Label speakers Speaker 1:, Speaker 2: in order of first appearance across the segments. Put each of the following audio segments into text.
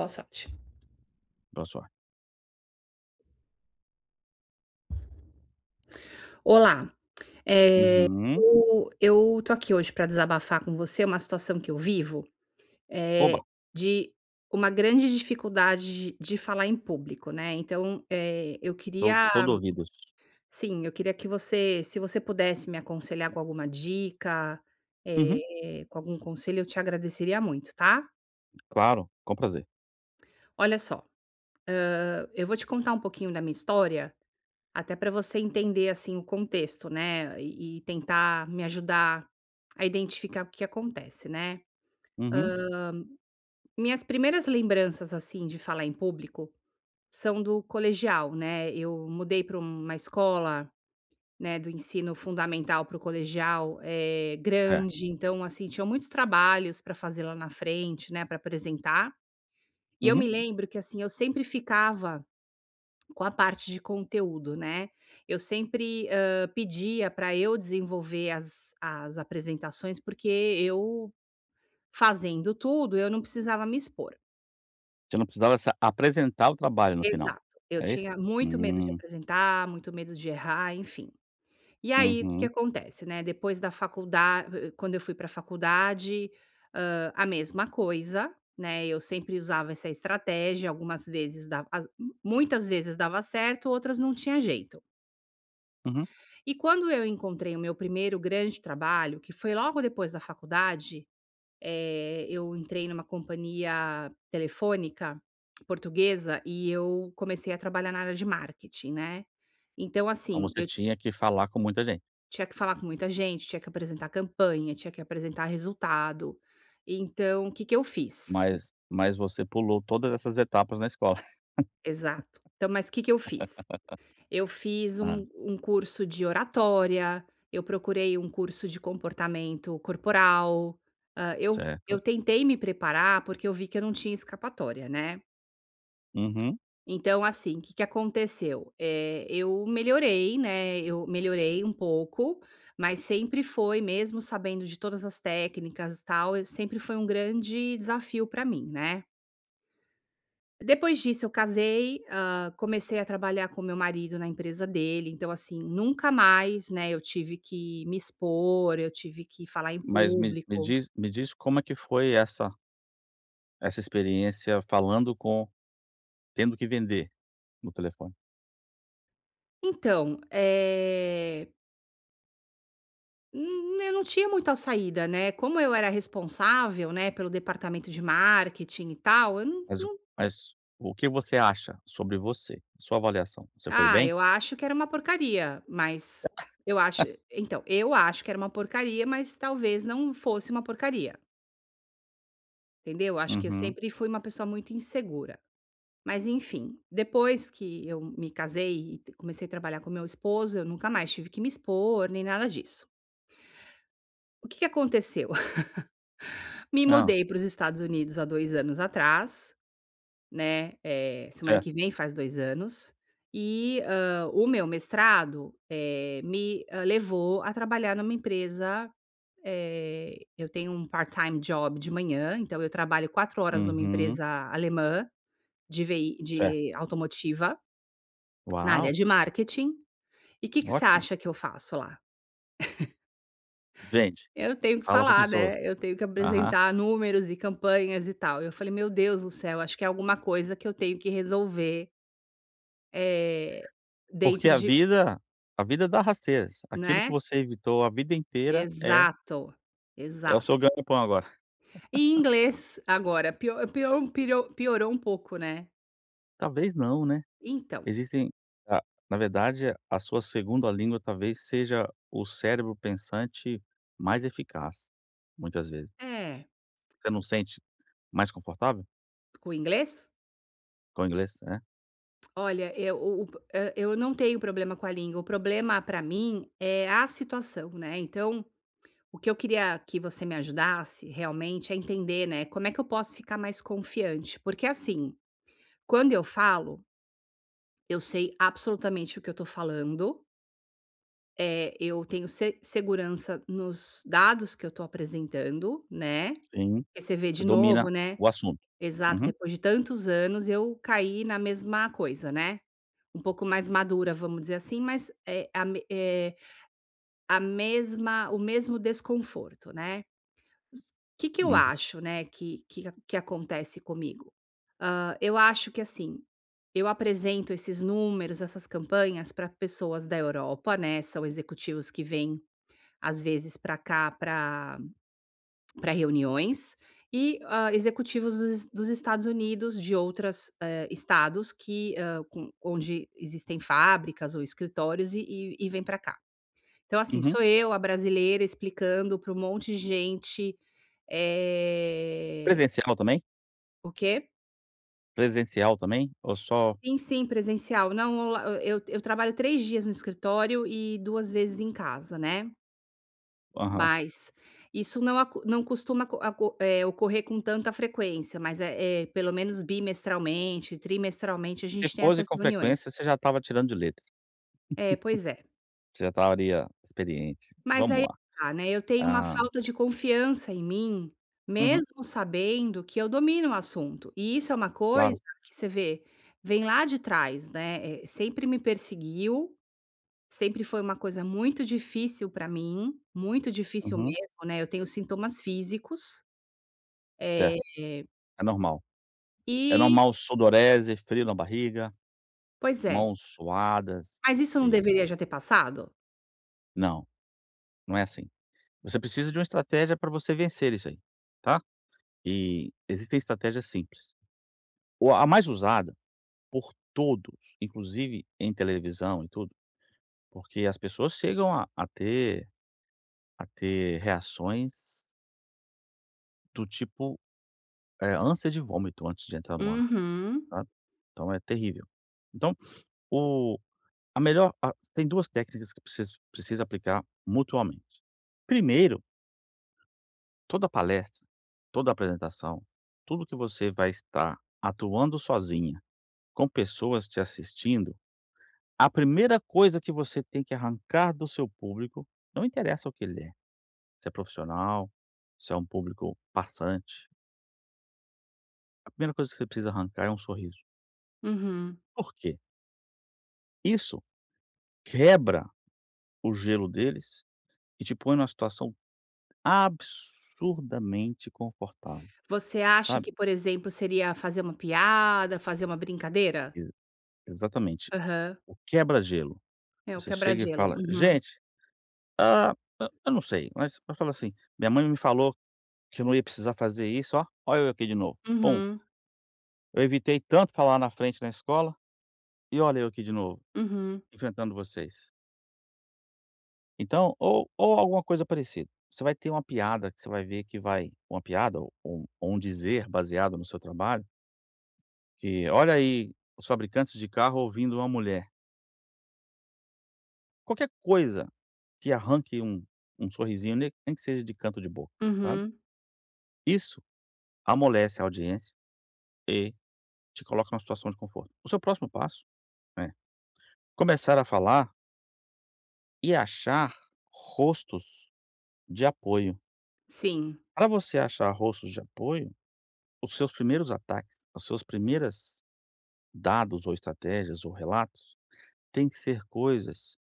Speaker 1: Boa sorte.
Speaker 2: Pra sorte.
Speaker 1: Olá, eh,
Speaker 2: Uhum.
Speaker 1: eu tô aqui hoje para desabafar com você uma situação que eu vivo, eh,
Speaker 2: Oba,
Speaker 1: de uma grande dificuldade de falar em público, né, então, eu
Speaker 2: tô
Speaker 1: queria
Speaker 2: todo ouvidos.
Speaker 1: sim, eu queria que você se você pudesse me aconselhar com alguma dica,
Speaker 2: Uhum,
Speaker 1: com algum conselho, eu te agradeceria muito, tá.
Speaker 2: claro, com prazer.
Speaker 1: Olha só, eu vou te contar um pouquinho da minha história até para você entender, assim, o contexto, né, e tentar me ajudar a identificar o que acontece, né.
Speaker 2: Uhum,
Speaker 1: Minhas primeiras lembranças, assim, de falar em público são do colegial, né. Eu mudei para uma escola, né, do ensino fundamental para o colegial,
Speaker 2: é.
Speaker 1: grande, então, assim, tinham muitos trabalhos para fazer lá na frente, né, para apresentar. E eu
Speaker 2: Uhum.
Speaker 1: me lembro que, assim, eu sempre ficava com a parte de conteúdo, né. Eu sempre, pedia para eu desenvolver as apresentações, porque eu fazendo tudo, eu não precisava me expor.
Speaker 2: Você não precisava se apresentar o trabalho no final,
Speaker 1: Exato. Eu
Speaker 2: é isso?
Speaker 1: tinha muito medo de
Speaker 2: Hum,
Speaker 1: apresentar, muito medo de errar, enfim. E aí, o que que
Speaker 2: uhum,
Speaker 1: acontece, né, depois da faculdade, quando eu fui para a faculdade, a mesma coisa, né, eu sempre usava essa estratégia, algumas vezes dava as muitas vezes dava certo, outras não tinha jeito.
Speaker 2: uhum.
Speaker 1: E quando eu encontrei o meu primeiro grande trabalho, que foi logo depois da faculdade, eu entrei numa companhia telefônica portuguesa e eu comecei a trabalhar na área de marketing, né. Então,
Speaker 2: Então
Speaker 1: assim,
Speaker 2: você
Speaker 1: eu
Speaker 2: tinha que falar com muita gente,
Speaker 1: tinha que falar com muita gente, tinha que apresentar campanha, tinha que apresentar resultado. Então, o que que eu fiz?
Speaker 2: mas você pulou todas essas etapas na escola.
Speaker 1: Exato. Então, mas o que que eu fiz? Eu fiz
Speaker 2: Hã,
Speaker 1: um curso de oratória, eu procurei um curso de comportamento corporal, eu
Speaker 2: certo.
Speaker 1: eu tentei me preparar, porque eu vi que eu não tinha escapatória, né.
Speaker 2: Uhum.
Speaker 1: Então, assim, o que que aconteceu? Eu melhorei, né, eu melhorei um pouco, mas sempre foi, mesmo sabendo de todas as técnicas, e tal, sempre foi um grande desafio para mim, né. Depois disso eu casei, comecei a trabalhar com meu marido na empresa dele, então assim, nunca mais, né, eu tive que me expor, eu tive que falar em
Speaker 2: Mas me
Speaker 1: público.
Speaker 2: diz, me diz como é que foi essa essa experiência falando com, tendo que vender no telefone?
Speaker 1: Então, eu não tinha muita saída, né, como eu era responsável, né, pelo departamento de marketing e tal, eu não
Speaker 2: Mas o que você acha sobre você? Sua avaliação, você foi
Speaker 1: ah,
Speaker 2: bem?
Speaker 1: eu acho que era uma porcaria, mas eu acho que era uma porcaria, mas talvez não fosse uma porcaria, entendeu? Acho que eu
Speaker 2: Uhum.
Speaker 1: sempre fui uma pessoa muito insegura. Mas enfim, depois que eu me casei e t comecei a trabalhar com meu esposo, eu nunca mais tive que me expor, nem nada disso. O que que aconteceu? Me
Speaker 2: Não,
Speaker 1: mudei para os Estados Unidos há dois anos atrás, né, semana que
Speaker 2: certo.
Speaker 1: vem faz 2 anos, e, o meu mestrado, me, levou a trabalhar numa empresa, eu tenho um part-time job de manhã, então eu trabalho 4 horas numa
Speaker 2: Uhum,
Speaker 1: empresa alemã
Speaker 2: certo.
Speaker 1: de automotiva, na área
Speaker 2: Uau,
Speaker 1: de marketing. E o que que você
Speaker 2: ótimo.
Speaker 1: acha que eu faço lá?
Speaker 2: Vende,
Speaker 1: Eu tenho que
Speaker 2: fala com
Speaker 1: falar,
Speaker 2: pessoas.
Speaker 1: né, eu tenho que
Speaker 2: Aham.
Speaker 1: apresentar números e campanhas e tal. Eu falei: "Meu Deus do céu, acho que é alguma coisa que eu tenho que resolver, eh, dentro
Speaker 2: Porque a
Speaker 1: de"
Speaker 2: vida, a vida dá rasteiras. Aquilo que
Speaker 1: né?
Speaker 2: você evitou a vida inteira é
Speaker 1: Exato,
Speaker 2: é o
Speaker 1: exato.
Speaker 2: seu ganha-pão agora.
Speaker 1: E inglês agora, piorou um pouco, né.
Speaker 2: Talvez não, né.
Speaker 1: Então
Speaker 2: Existem, a, na verdade, a sua segunda língua talvez seja o cérebro pensante mais eficaz, muitas vezes.
Speaker 1: é,
Speaker 2: Você não sente mais confortável
Speaker 1: com o inglês?
Speaker 2: com o inglês? Né?
Speaker 1: Olha, eu o eu não tenho problema com a língua, o problema para mim é a situação, né, então o que eu queria que você me ajudasse realmente é entender, né, como é que eu posso ficar mais confiante? Porque assim, quando eu falo, eu sei absolutamente o que eu tô falando. É, eu tenho se segurança nos dados que eu tô apresentando, né.
Speaker 2: Sim,
Speaker 1: Porque você vê
Speaker 2: você
Speaker 1: de novo,
Speaker 2: domina
Speaker 1: né,
Speaker 2: o assunto.
Speaker 1: exato,
Speaker 2: Uhum,
Speaker 1: depois de tantos anos eu caí na mesma coisa, né. Um pouco mais madura, vamos dizer assim, mas a mesma o mesmo desconforto, né. S que eu
Speaker 2: uhum,
Speaker 1: acho, né, que acontece comigo? Eu acho que, assim, eu apresento esses números, essas campanhas para pessoas da Europa, né, são executivos que vêm, às vezes, para cá para pra reuniões, e, executivos dos Estados Unidos, de outros estados que, com onde existem fábricas ou escritórios e vêm para cá. Então, assim,
Speaker 2: uhum.
Speaker 1: sou eu, a brasileira, explicando para um monte de gente, eh
Speaker 2: Presencial também?
Speaker 1: o quê?
Speaker 2: Presencial também? Ou só
Speaker 1: Sim, sim, presencial. Não, olá eu trabalho 3 dias no escritório e 2 vezes em casa, né,
Speaker 2: aham.
Speaker 1: mas isso não costuma ocorrer com tanta frequência, mas é pelo menos bimestralmente, trimestralmente, a
Speaker 2: Se
Speaker 1: gente tem
Speaker 2: fosse
Speaker 1: essas
Speaker 2: com
Speaker 1: reuniões.
Speaker 2: frequência, você já estava tirando de letra,
Speaker 1: É, pois é.
Speaker 2: você já estaria experiente.
Speaker 1: Mas
Speaker 2: Vamos lá.
Speaker 1: né, eu tenho uma
Speaker 2: Ah,
Speaker 1: falta de confiança em mim,
Speaker 2: uhum,
Speaker 1: mesmo sabendo que eu domino o assunto, e isso é uma coisa
Speaker 2: claro.
Speaker 1: que você vê, vem lá de trás, né, sempre me perseguiu. Sempre foi uma coisa muito difícil para mim, muito difícil
Speaker 2: Uhum,
Speaker 1: mesmo, né, eu tenho sintomas físicos, eh,
Speaker 2: certo, é normal. É
Speaker 1: e
Speaker 2: normal, sudorese, frio na barriga,
Speaker 1: pois é.
Speaker 2: mãos suadas
Speaker 1: Mas isso não
Speaker 2: e
Speaker 1: deveria já ter passado?
Speaker 2: não, não é assim. Você precisa de uma estratégia para você vencer isso aí, tá. E existem estratégias simples. Ou a mais usada por todos, inclusive em televisão e tudo, porque as pessoas chegam a ter reações do tipo, ânsia de vômito antes de entrar no ar,
Speaker 1: Uhum,
Speaker 2: sabe. Então é terrível. Então, o, a melhor, a tem 2 técnicas que precisa aplicar mutuamente. Primeiro, toda palestra, toda apresentação, tudo que você vai estar atuando sozinha, com pessoas te assistindo, a primeira coisa que você tem que arrancar do seu público, não interessa o que ele é, se é profissional, se é um público passante, a primeira coisa que você precisa arrancar é um sorriso.
Speaker 1: uhum.
Speaker 2: Por quê? Isso quebra o gelo deles e te põe numa situação absurdamente confortável,
Speaker 1: Você acha
Speaker 2: sabe.
Speaker 1: que, por exemplo, seria fazer uma piada, fazer uma brincadeira?
Speaker 2: Exa exatamente,
Speaker 1: Aham.
Speaker 2: o quebra-gelo.
Speaker 1: É o
Speaker 2: Você chega e
Speaker 1: quebra-gelo.
Speaker 2: fala:
Speaker 1: Uhum,
Speaker 2: "Gente, ah, eu não sei, mas". Eu falo assim: "Minha mãe me falou que eu não ia precisar fazer isso, ó, olha eu aqui de novo, pum".
Speaker 1: uhum,
Speaker 2: Eu evitei tanto falar na frente na escola, e olha eu aqui de novo,
Speaker 1: uhum,
Speaker 2: enfrentando vocês. Então, ou alguma coisa parecida. Você vai ter uma piada que você vai ver que vai uma piada ou um dizer baseado no seu trabalho, que: "Olha aí, os fabricantes de carro ouvindo uma mulher". Qualquer coisa que arranque um um sorrisinho, ne nem que seja de canto de boca, sabe.
Speaker 1: uhum.
Speaker 2: Isso amolece a audiência e te coloca numa situação de conforto. O seu próximo passo é começar a falar e achar rostos de apoio.
Speaker 1: Sim.
Speaker 2: Para você achar rostos de apoio, os seus primeiros ataques, os seus primeiros dados ou estratégias ou relatos têm que ser coisas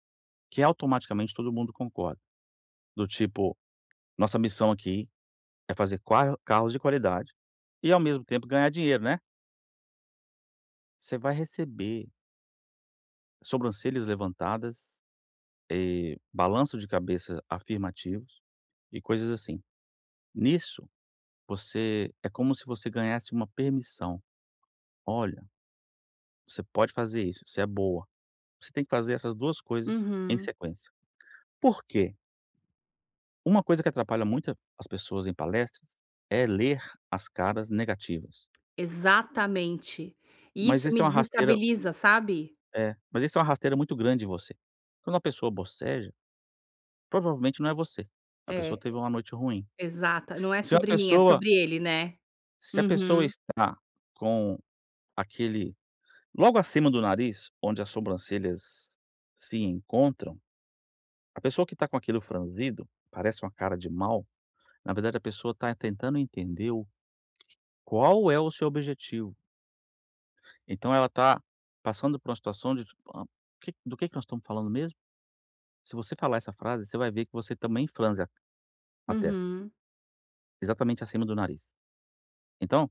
Speaker 2: que automaticamente todo mundo concorda, do tipo: "Nossa missão aqui é fazer qua carros de qualidade e ao mesmo tempo ganhar dinheiro, né". Você vai receber sobrancelhas levantadas, balanço de cabeça afirmativos e coisas assim. Nisso, você é como se você ganhasse uma permissão: "Olha, você pode fazer isso, você é boa". Você tem que fazer essas 2 coisas em
Speaker 1: Uhum.
Speaker 2: sequência. Por quê? Uma coisa que atrapalha muito as pessoas em palestras é ler as caras negativas,
Speaker 1: Exatamente. E
Speaker 2: mas
Speaker 1: isso
Speaker 2: isso
Speaker 1: me
Speaker 2: é uma rasteira,
Speaker 1: desestabiliza, sabe?
Speaker 2: é, mas isso é uma rasteira muito grande em você. Quando uma pessoa boceja, provavelmente não é você, a pessoa
Speaker 1: É.
Speaker 2: teve uma noite ruim.
Speaker 1: Exata, não é
Speaker 2: Se uma
Speaker 1: sobre mim, é
Speaker 2: pessoa,
Speaker 1: sobre ele, né?
Speaker 2: se a pessoa
Speaker 1: Uhum,
Speaker 2: está com aquele, logo acima do nariz, onde as sobrancelhas se encontram, a pessoa que está com aquilo franzido, parece uma cara de mal. Na verdade, a pessoa está tentando entender o, qual é o seu objetivo. Então ela está passando por uma situação de tipo: "Ah, que, do que nós estamos falando mesmo?". Se você falar essa frase, você vai ver que você também franze a testa,
Speaker 1: uhum.
Speaker 2: exatamente acima do nariz. Então,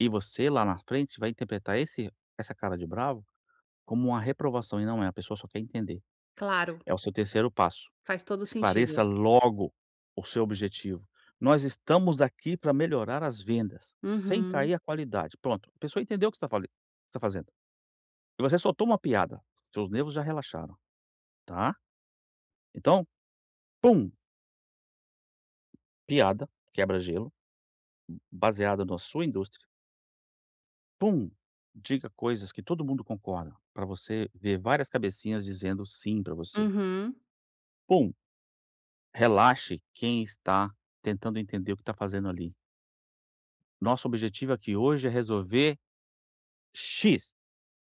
Speaker 2: e você lá na frente vai interpretar esse, essa cara de bravo como uma reprovação e não é, a pessoa só quer entender.
Speaker 1: Claro,
Speaker 2: É o seu terceiro passo.
Speaker 1: faz todo sentido.
Speaker 2: Esclareça logo o seu objetivo. Nós estamos aqui para melhorar as vendas, sem
Speaker 1: Uhum,
Speaker 2: cair a qualidade. Pronto, a pessoa entendeu o que você está fazendo. E você soltou uma piada, seus nervos já relaxaram, tá. Então, pum, piada, quebra-gelo, baseada na sua indústria. Pum, diga coisas que todo mundo concorda, para você ver várias cabecinhas dizendo sim para você.
Speaker 1: uhum,
Speaker 2: Pum, relaxe quem está tentando entender o que está fazendo ali. Nosso objetivo aqui hoje é resolver "X".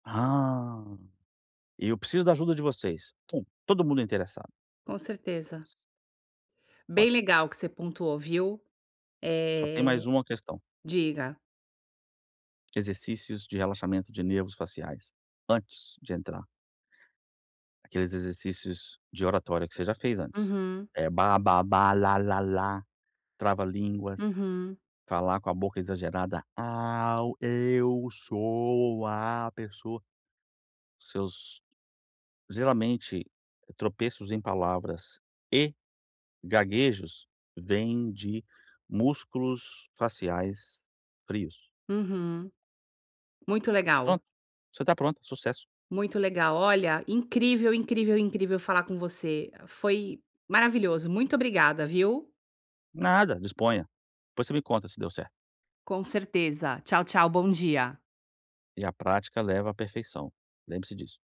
Speaker 2: Ah, e eu preciso da ajuda de vocês. Bom, todo mundo interessado.
Speaker 1: com certeza. Bem
Speaker 2: Ótimo.
Speaker 1: legal que você pontuou, viu?
Speaker 2: Só tem
Speaker 1: Eh,
Speaker 2: mais uma questão:
Speaker 1: diga.
Speaker 2: exercícios de relaxamento de nervos faciais antes de entrar. Aqueles exercícios de oratória que você já fez antes.
Speaker 1: Uhum,
Speaker 2: É ba, ba, ba, lá, lá, lá, trava-línguas,
Speaker 1: uhum,
Speaker 2: falar com a boca exagerada. Au, eu sou a pessoa. Seus, geralmente, tropeços em palavras e gaguejos vêm de músculos faciais frios.
Speaker 1: uhum. Muito legal,
Speaker 2: Pronto, você está pronta, sucesso.
Speaker 1: muito legal. Olha, incrível, incrível, incrível falar com você. Foi maravilhoso. Muito obrigada, viu?
Speaker 2: Nada, disponha. Depois você me conta se deu certo.
Speaker 1: Com certeza. Tchau, tchau, bom dia.
Speaker 2: E a prática leva à perfeição. Lembre-se disso.